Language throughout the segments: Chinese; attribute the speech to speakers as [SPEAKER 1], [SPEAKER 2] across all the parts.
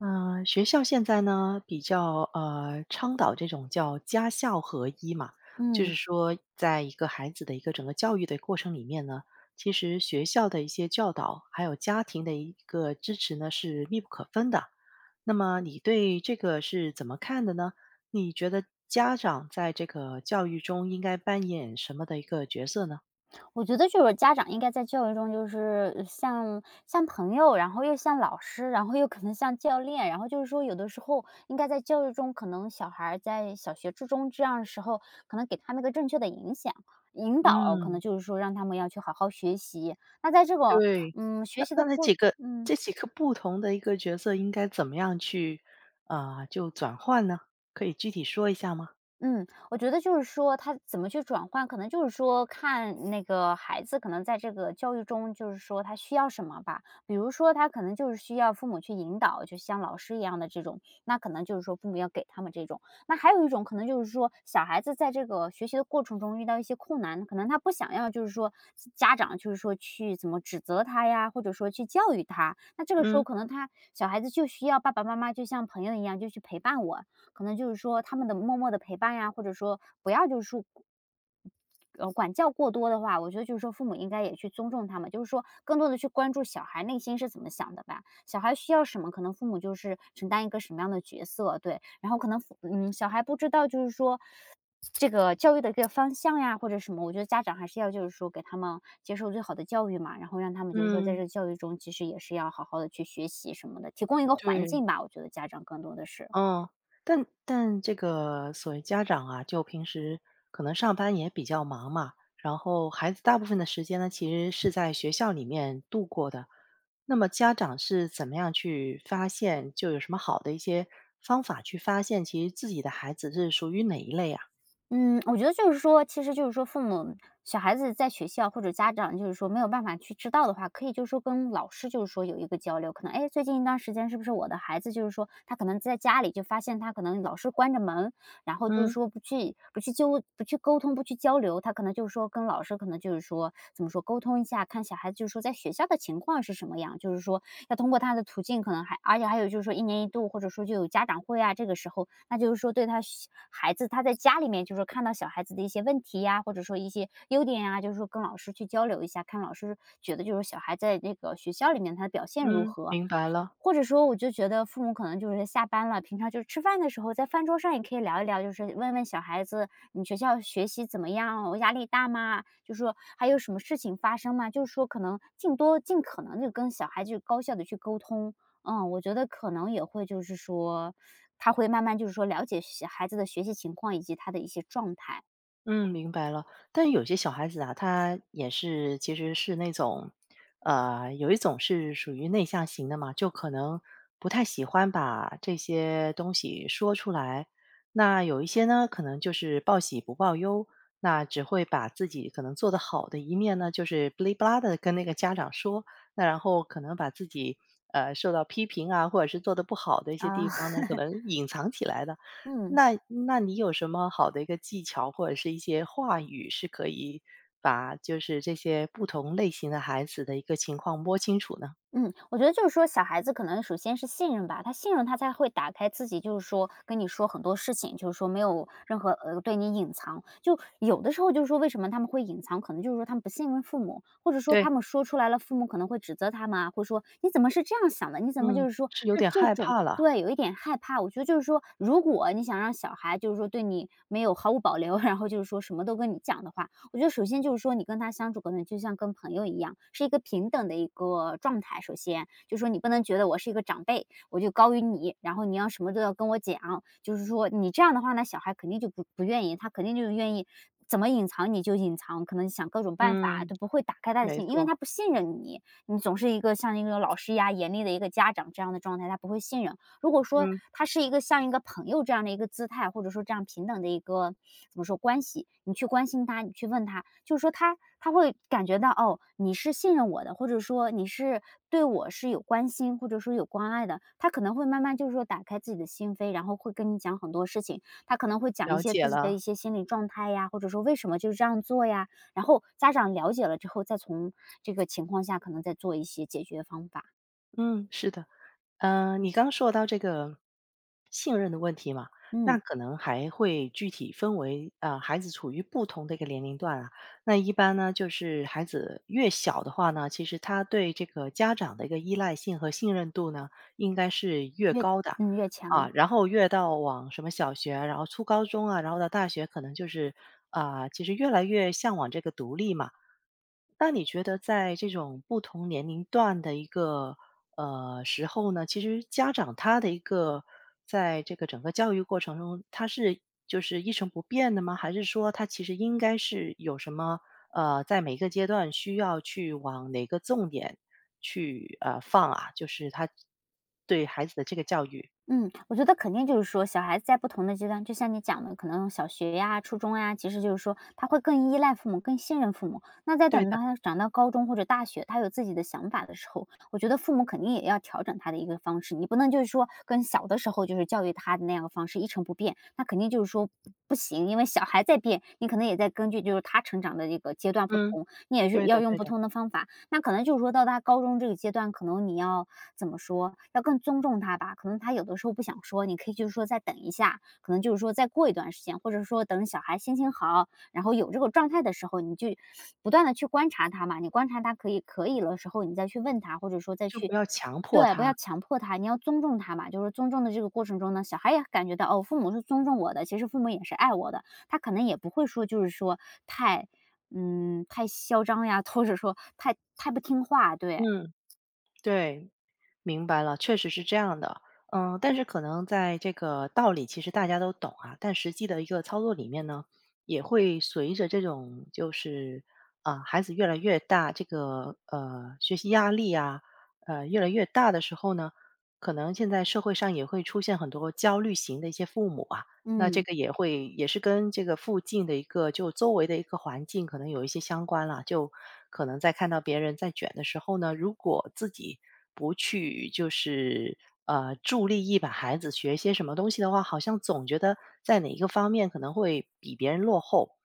[SPEAKER 1] 嗯，学校现在呢比较倡导这种叫家校合一嘛，就是
[SPEAKER 2] 嗯，
[SPEAKER 1] 说，在一个孩子的一个整个教育的过程里面呢，其实学校的一些教导，还有家庭的一个支持呢是密不可分的。那么你对这个是怎么看的呢？你觉得家长在这个教育中应该扮演什么的一个角色呢？
[SPEAKER 2] 我觉得就是家长应该在教育中，就是像朋友，然后又像老师，然后又可能像教练，然后就是说，有的时候应该在教育中，可能小孩儿在小学、初中这样的时候，可能给他们一个正确的影响引导，可
[SPEAKER 1] 嗯
[SPEAKER 2] 能就是说让他们要去好好学习。那在这个
[SPEAKER 1] 对，
[SPEAKER 2] 学
[SPEAKER 1] 那
[SPEAKER 2] 习
[SPEAKER 1] 那
[SPEAKER 2] 的
[SPEAKER 1] 那几个
[SPEAKER 2] 嗯。
[SPEAKER 1] 这几个不同的一个角色应该怎么样去就转换呢？可以具体说一下吗？
[SPEAKER 2] 嗯，我觉得就是说他怎么去转换，可能就是说看那个孩子可能在这个教育中，就是说他需要什么吧。比如说他可能就是需要父母去引导，就像老师一样的这种，那可能就是说父母要给他们这种。那还有一种可能就是说小孩子在这个学习的过程中遇到一些困难，可能他不想要就是说家长就是说去怎么指责他呀，或者说去教育他。那这个时候
[SPEAKER 1] 嗯
[SPEAKER 2] 可能他小孩子就需要爸爸妈妈就像朋友一样就去陪伴我，可能就是说他们的默默的陪伴呀，或者说不要就是说管教过多的话，我觉得就是说父母应该也去尊重他们，就是说更多的去关注小孩内心是怎么想的吧。小孩需要什么，可能父母就是承担一个什么样的角色，对。然后可能小孩不知道就是说这个教育的一个方向呀，或者什么，我觉得家长还是要就是说给他们接受最好的教育嘛，然后让他们就是说在这
[SPEAKER 1] 嗯，
[SPEAKER 2] 个教育中，其实也是要好好的去学习什么的，提供一个环
[SPEAKER 1] 对，
[SPEAKER 2] 境吧，我觉得家长更多的是。
[SPEAKER 1] 嗯，但这个所谓家长啊，就平时可能上班也比较忙嘛，然后孩子大部分的时间呢，其实是在学校里面度过的。那么家长是怎么样去发现，就有什么好的一些方法去发现，其实自己的孩子是属于哪一类啊？
[SPEAKER 2] 嗯，我觉得就是说，其实就是说，父母小孩子在学校或者家长，就是说没有办法去知道的话，可以就是说跟老师就是说有一个交流，可能哎，诶最近一段时间是不是我的孩子就是说他可能在家里就发现他可能老是关着门，然后就是
[SPEAKER 1] 嗯
[SPEAKER 2] 说不去沟通不去交流，他可能就是说跟老师可能就是说怎么说沟通一下，看小孩子就是说在学校的情况是什么样，就是说要通过他的途径，可能还而且还有就是说一年一度，或者说就有家长会啊，这个时候，那就是说对他小孩子他在家里面就是说看到小孩子的一些问题呀，或者说一些优点呀，就是说跟老师去交流一下，看老师觉得就是小孩在那个学校里面他的表现如
[SPEAKER 1] 嗯，
[SPEAKER 2] 何，
[SPEAKER 1] 明白了，
[SPEAKER 2] 或者说我就觉得父母可能就是下班了，平常就是吃饭的时候，在饭桌上也可以聊一聊，就是问问小孩子你学校学习怎么样，我压力大吗？就说还有什么事情发生吗？就是说可能尽多尽可能的跟小孩子高效的去沟通。嗯，我觉得可能也会就是说，他会慢慢就是说了解小孩子的学习情况以及他的一些状态
[SPEAKER 1] 嗯，明白了。但有些小孩子啊，他也是其实是那种，有一种是属于内向型的嘛，就可能不太喜欢把这些东西说出来。那有一些呢，可能就是报喜不报忧，那只会把自己可能做得好的一面呢，就是不哩不啦的跟那个家长说，那然后可能把自己受到批评啊，或者是做得不好的一些
[SPEAKER 2] 啊，
[SPEAKER 1] 地方呢，可能 隐藏起来的。
[SPEAKER 2] 嗯。
[SPEAKER 1] 那那你有什么好的一个技巧，或者是一些话语，是可以把就是这些不同类型的孩子的一个情况摸清楚呢？
[SPEAKER 2] 嗯，我觉得就是说小孩子可能首先是信任吧，他信任他才会打开自己，就是说跟你说很多事情，就是说没有任何对你隐藏。就有的时候就是说为什么他们会隐藏，可能就是说他们不信任父母，或者说
[SPEAKER 1] 对，
[SPEAKER 2] 他们说出来了，父母可能会指责他们啊，会说你怎么是这样想的，你怎么就
[SPEAKER 1] 嗯，
[SPEAKER 2] 是说
[SPEAKER 1] 是有
[SPEAKER 2] 是
[SPEAKER 1] 点
[SPEAKER 2] 这
[SPEAKER 1] 害
[SPEAKER 2] 种。
[SPEAKER 1] 怕了，
[SPEAKER 2] 对，有一点害怕。我觉得就是说，如果你想让小孩就是说对你没有毫无保留，然后就是说什么都跟你讲的话，我觉得首先就是说你跟他相处可能就像跟朋友一样，是一个平等的一个状态。首先就是说你不能觉得我是一个长辈，我就高于你，然后你要什么都要跟我讲，就是说你这样的话呢，小孩肯定就不愿意，他肯定就是愿意怎么隐藏你就隐藏，可能想各种办法
[SPEAKER 1] 嗯，
[SPEAKER 2] 都不会打开他的
[SPEAKER 1] 没
[SPEAKER 2] 心，因为他
[SPEAKER 1] 错，
[SPEAKER 2] 不信任你，你总是一个像一个老师呀、严厉的一个家长这样的状态，他不会信任。如果说
[SPEAKER 1] 嗯，
[SPEAKER 2] 他是一个像一个朋友这样的一个姿态，或者说这样平等的一个怎么说关系，你去关心他，你去问他，就是说他会感觉到哦，你是信任我的，或者说你是对我是有关心，或者说有关爱的，他可能会慢慢就是说打开自己的心扉，然后会跟你讲很多事情，他可能会讲一
[SPEAKER 1] 了
[SPEAKER 2] 些
[SPEAKER 1] 解
[SPEAKER 2] 自己的一
[SPEAKER 1] 了，
[SPEAKER 2] 些心理状态呀，或者说为什么就是这样做呀，然后家长了解了之后，再从这个情况下可能再做一些解决方法，
[SPEAKER 1] 嗯，是的。嗯，你刚说到这个信任的问题嘛，那
[SPEAKER 2] 嗯，
[SPEAKER 1] 可能还会具体分为孩子处于不同的一个年龄段啊。那一般呢，就是孩子越小的话呢，其实他对这个家长的一个依赖性和信任度呢，应该是越
[SPEAKER 2] 越
[SPEAKER 1] 高的
[SPEAKER 2] 越强。
[SPEAKER 1] 啊。然后越到往什么小学，然后初高中啊，然后到大学，可能就是其实越来越向往这个独立嘛。那你觉得在这种不同年龄段的一个时候呢，其实家长他的一个在这个整个教育过程中，他是就是一成不变的吗？还是说他其实应该是有什么在每个阶段需要去往哪个重点去放啊？就是他对孩子的这个教育，
[SPEAKER 2] 嗯，我觉得肯定就是说，小孩子在不同的阶段，就像你讲的，可能小学呀、初中呀，其实就是说他会更依赖父母，更信任父母。那在
[SPEAKER 1] 对
[SPEAKER 2] 等
[SPEAKER 1] 的，
[SPEAKER 2] 到他长到高中或者大学，他有自己的想法的时候，我觉得父母肯定也要调整他的一个方式。你不能就是说跟小的时候就是教育他的那样的方式一成不变，那肯定就是说不行，因为小孩在变，你可能也在根据就是他成长的这个阶段不
[SPEAKER 1] 嗯，
[SPEAKER 2] 同，你也是
[SPEAKER 1] 对
[SPEAKER 2] 要
[SPEAKER 1] 的，
[SPEAKER 2] 用
[SPEAKER 1] 对
[SPEAKER 2] 不
[SPEAKER 1] 的，
[SPEAKER 2] 同的方法。那可能就是说到他高中这个阶段，可能你要怎么说，要更尊重他吧。可能他有的时候不想说，你可以就是说再等一下，可能就是说再过一段时间，或者说等小孩心情好，然后有这个状态的时候，你就不断的去观察他嘛。你观察他可以了时候，你再去问他，或者说再
[SPEAKER 1] 就不
[SPEAKER 2] 去。
[SPEAKER 1] 要强迫
[SPEAKER 2] 对，不
[SPEAKER 1] 他，
[SPEAKER 2] 要强迫他，你要尊重他嘛。就是尊重的这个过程中呢，小孩也感觉到哦，父母是尊重我的，其实父母也是爱我的。他可能也不会说，就是说太，嗯，太嚣张呀，或者说太不听话。对，
[SPEAKER 1] 嗯，对，明白了，确实是这样的。嗯，但是可能在这个道理其实大家都懂啊，但实际的一个操作里面呢，也会随着这种就是孩子越来越大，这个学习压力啊，越来越大的时候呢，可能现在社会上也会出现很多焦虑型的一些父母啊，那这
[SPEAKER 2] 嗯。
[SPEAKER 1] 个也会也是跟这个附近的一个就周围的一个环境可能有一些相关了，就可能在看到别人在卷的时候呢，如果自己不去就是助力一把孩子学一些什么东西的话，好像总觉得在哪一个方面可能会比别人落后。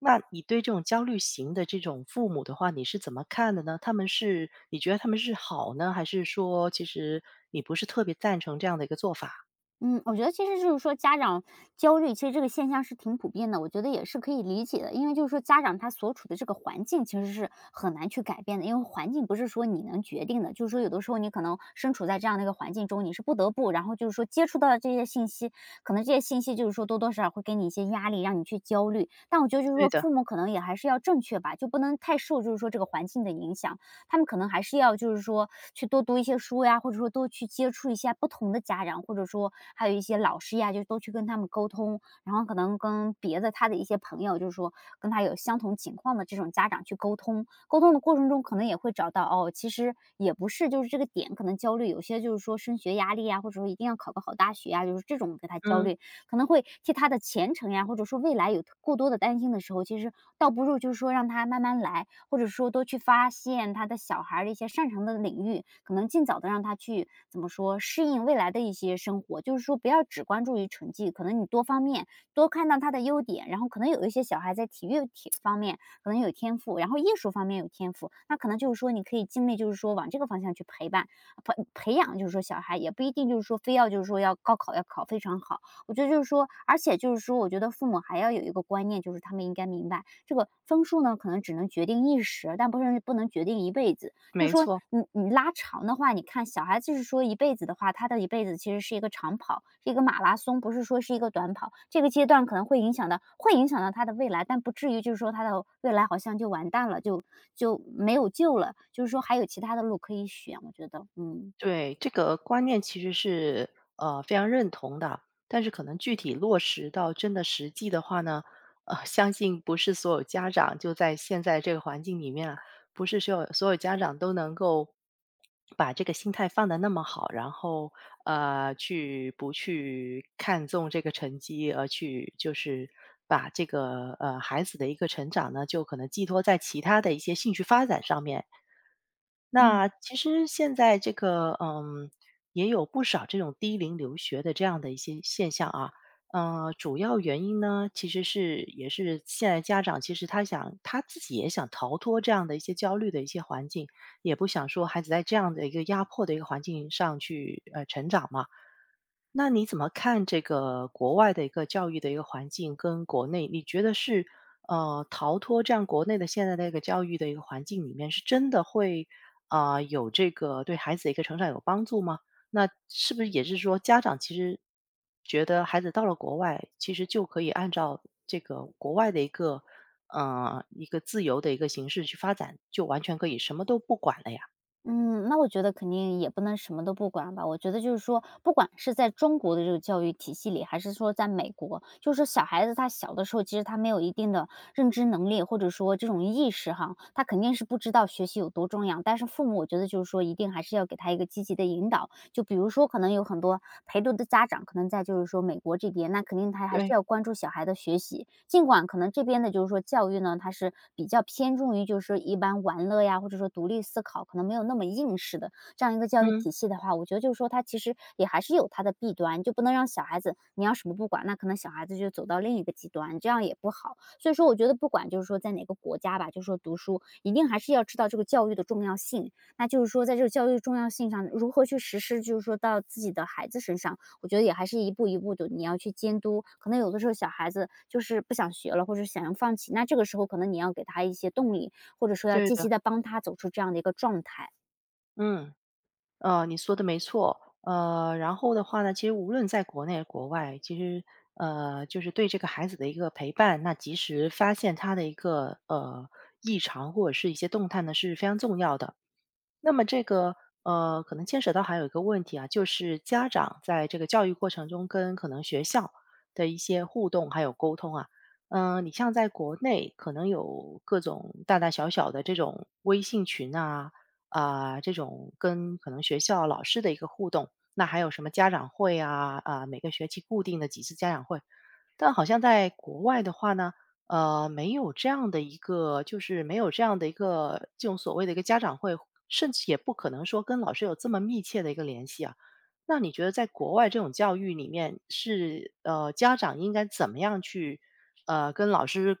[SPEAKER 1] 那你对这种焦虑型的这种父母的话，你是怎么看的呢？他们是你觉得他们是好呢，还是说其实你不是特别赞成这样的一个做法？
[SPEAKER 2] 嗯，我觉得其实就是说家长焦虑，其实这个现象是挺普遍的，我觉得也是可以理解的。因为就是说家长他所处的这个环境其实是很难去改变的，因为环境不是说你能决定的，就是说有的时候你可能身处在这样的一个环境中，你是不得不，然后就是说接触到的这些信息，可能这些信息就是说多多少少会给你一些压力，让你去焦虑。但我觉得就是
[SPEAKER 1] 对
[SPEAKER 2] 说
[SPEAKER 1] 的，
[SPEAKER 2] 父母可能也还是要正确吧，就不能太受就是说这个环境的影响。他们可能还是要就是说去多读一些书呀，或者说多去接触一下不同的家长，或者说还有一些老师呀，就都去跟他们沟通，然后可能跟别的他的一些朋友，就是说跟他有相同情况的这种家长去沟通。沟通的过程中，可能也会找到哦，其实也不是就是这个点可能焦虑，有些就是说升学压力呀，或者说一定要考个好大学呀，就是这种给他焦
[SPEAKER 1] 嗯，
[SPEAKER 2] 虑，可能会替他的前程呀，或者说未来有过多的担心的时候，其实倒不如就是说让他慢慢来，或者说多去发现他的小孩儿的一些擅长的领域，可能尽早的让他去怎么说适应未来的一些生活。就是说，不要只关注于成绩，可能你多方面多看到他的优点，然后可能有一些小孩在体育体方面可能有天赋，然后艺术方面有天赋，那可能就是说你可以尽力就是说往这个方向去陪伴培养，就是说小孩也不一定就是说非要就是说要高考要考非常好。我觉得就是说而且就是说，我觉得父母还要有一个观念，就是他们应该明白，这个分数呢，可能只能决定一时，但不是不能决定一辈子。就是
[SPEAKER 1] 没
[SPEAKER 2] 说
[SPEAKER 1] 错。
[SPEAKER 2] 你拉长的话，你看小孩子是说一辈子的话，他的一辈子其实是一个长跑，是一个马拉松，不是说是一个短跑。这个阶段可能会影响到他的未来，但不至于就是说他的未来好像就完蛋了，就没有救了，就是说还有其他的路可以选，我觉得，嗯。
[SPEAKER 1] 对，这个观念其实是非常认同的，但是可能具体落实到真的实际的话呢，呃，相信不是所有家长就在现在这个环境里面啊，不是所有家长都能够把这个心态放得那么好，然后去不去看重这个成绩，而去就是把这个孩子的一个成长呢，就可能寄托在其他的一些兴趣发展上面。
[SPEAKER 2] 嗯。
[SPEAKER 1] 那其实现在这个，嗯，也有不少这种低龄留学的这样的一些现象啊。呃，主要原因呢，其实是也是现在家长其实他想他自己也想逃脱这样的一些焦虑的一些环境，也不想说孩子在这样的一个压迫的一个环境上去成长嘛。那你怎么看这个国外的一个教育的一个环境跟国内？你觉得是逃脱这样国内的现在的一个教育的一个环境里面，是真的会有这个对孩子的一个成长有帮助吗？那是不是也是说家长其实觉得孩子到了国外，其实就可以按照这个国外的一个一个自由的一个形式去发展，就完全可以什么都不管了呀？
[SPEAKER 2] 嗯，那我觉得肯定也不能什么都不管吧。我觉得就是说，不管是在中国的这个教育体系里，还是说在美国，就是说小孩子他小的时候，其实他没有一定的认知能力，或者说这种意识哈，他肯定是不知道学习有多重要。但是父母，我觉得就是说，一定还是要给他一个积极的引导，就比如说可能有很多陪读的家长，可能在就是说美国这边，那肯定他还是
[SPEAKER 1] 对，
[SPEAKER 2] 要关注小孩的学习。尽管可能这边的就是说教育呢，它是比较偏重于就是说一般玩乐呀，或者说独立思考，可能没有那么应试的这样一个教育
[SPEAKER 1] 嗯，
[SPEAKER 2] 体系的话，我觉得就是说它其实也还是有它的弊端，就不能让小孩子你要什么不管，那可能小孩子就走到另一个极端，这样也不好。所以说，我觉得不管就是说在哪个国家吧，就是说读书一定还是要知道这个教育的重要性，那就是说在这个教育重要性上，如何去实施，就是说到自己的孩子身上，我觉得也还是一步一步的，你要去监督。可能有的时候小孩子就是不想学了，或者想要放弃，那这个时候可能你要给他一些动力，或者说要
[SPEAKER 1] 对
[SPEAKER 2] 积
[SPEAKER 1] 的，
[SPEAKER 2] 极的帮他走出这样的一个状态。
[SPEAKER 1] 嗯。呃，你说的没错。呃，然后的话呢，其实无论在国内国外，其实呃，就是对这个孩子的一个陪伴，那及时发现他的一个异常或者是一些动态呢，是非常重要的。那么这个可能牵扯到还有一个问题啊，就是家长在这个教育过程中跟可能学校的一些互动还有沟通啊，你像在国内可能有各种大大小小的这种微信群啊，这种跟可能学校老师的一个互动，那还有什么家长会啊，每个学期固定的几次家长会，但好像在国外的话呢，呃，没有这样的一个就是没有这样的一个这种所谓的一个家长会，甚至也不可能说跟老师有这么密切的一个联系啊。那你觉得在国外这种教育里面是，呃，家长应该怎么样去，呃，跟老师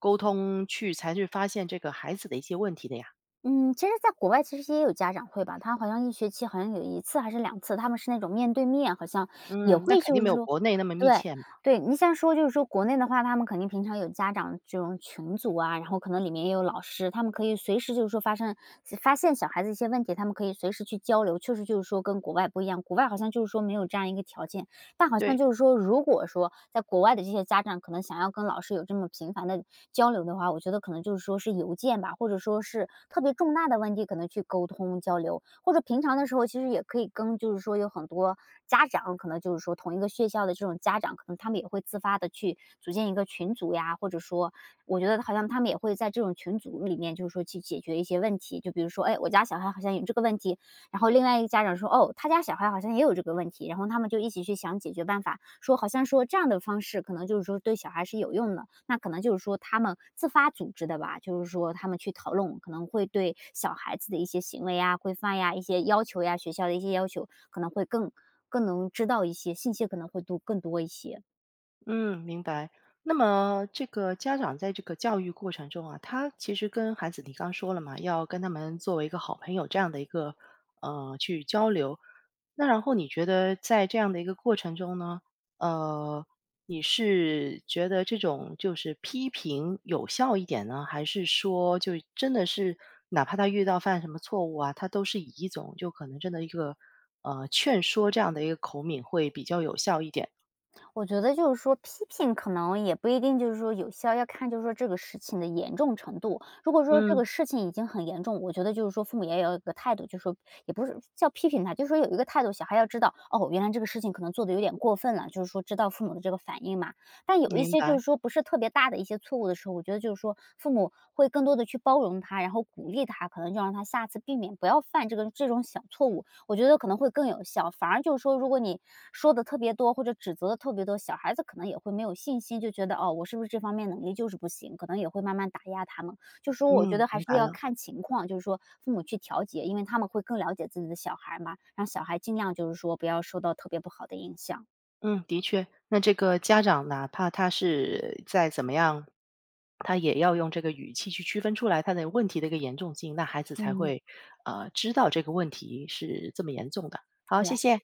[SPEAKER 1] 沟通，去发现这个孩子的一些问题的呀？
[SPEAKER 2] 嗯，其实在国外其实也有家长会吧，他好像一学期好像有一次还是两次，他们是那种面对面，好像也
[SPEAKER 1] 嗯，那
[SPEAKER 2] 会
[SPEAKER 1] 肯
[SPEAKER 2] 就
[SPEAKER 1] 定
[SPEAKER 2] 是
[SPEAKER 1] 没有
[SPEAKER 2] 说
[SPEAKER 1] 国内那么密
[SPEAKER 2] 对，
[SPEAKER 1] 切嘛。
[SPEAKER 2] 对，你像说就是说国内的话，他们肯定平常有家长这种群组啊，然后可能里面也有老师，他们可以随时就是说发现小孩子一些问题，他们可以随时去交流，确实就是说跟国外不一样，国外好像就是说没有这样一个条件。但好像
[SPEAKER 1] 对。
[SPEAKER 2] 就是说，如果说在国外的这些家长可能想要跟老师有这么频繁的交流的话，我觉得可能就是说是邮件吧，或者说是特别重大的问题，可能去沟通交流，或者平常的时候其实也可以跟，就是说有很多家长，可能就是说同一个学校的这种家长，可能他们也会自发的去组建一个群组呀，或者说，我觉得好像他们也会在这种群组里面，就是说去解决一些问题，就比如说，哎，我家小孩好像有这个问题，然后另外一个家长说，哦，他家小孩好像也有这个问题，然后他们就一起去想解决办法，说好像说这样的方式可能就是说对小孩是有用的，那可能就是说他们自发组织的吧，就是说他们去讨论，可能会对小孩子的一些行为啊、规范呀、一些要求呀、学校的一些要求，可能会更能知道一些信息，可能会多更多一些。
[SPEAKER 1] 嗯，明白。那么这个家长在这个教育过程中啊，他其实跟孩子，你刚说了嘛，要跟他们作为一个好朋友这样的一个去交流。那然后你觉得在这样的一个过程中呢，呃，你是觉得这种就是批评有效一点呢，还是说就真的是哪怕他遇到犯什么错误啊，他都是以一种就可能真的一个劝说这样的一个口吻会比较有效一点？
[SPEAKER 2] 我觉得就是说批评可能也不一定就是说有效，要看就是说这个事情的严重程度。如果说这
[SPEAKER 1] 嗯，
[SPEAKER 2] 个事情已经很严重，我觉得就是说父母也要有一个态度，就是说也不是叫批评他，就是说有一个态度，小孩要知道哦，原来这个事情可能做的有点过分了，就是说知道父母的这个反应嘛。但有一
[SPEAKER 1] 明
[SPEAKER 2] 些就
[SPEAKER 1] 白。
[SPEAKER 2] 是说不是特别大的一些错误的时候，我觉得就是说父母会更多的去包容他，然后鼓励他，可能就让他下次避免不要犯这种小错误。我觉得可能会更有效。反而就是说，如果你说的特别多，或者指责的特别多，小孩子可能也会没有信心，就觉得哦，我是不是这方面能力就是不行，可能也会慢慢打压他们。就是说我觉
[SPEAKER 1] 嗯，
[SPEAKER 2] 得还
[SPEAKER 1] 明
[SPEAKER 2] 是
[SPEAKER 1] 白
[SPEAKER 2] 要
[SPEAKER 1] 了。
[SPEAKER 2] 看情况，就是说父母去调节，因为他们会更了解自己的小孩嘛，让小孩尽量就是说不要受到特别不好的影响。
[SPEAKER 1] 嗯，的确，那这个家长哪怕他是再怎么样，他也要用这个语气去区分出来他的问题的一个严重性，那孩子才
[SPEAKER 2] 嗯，
[SPEAKER 1] 会知道这个问题是这么严重的。好，
[SPEAKER 2] 对。
[SPEAKER 1] 谢谢。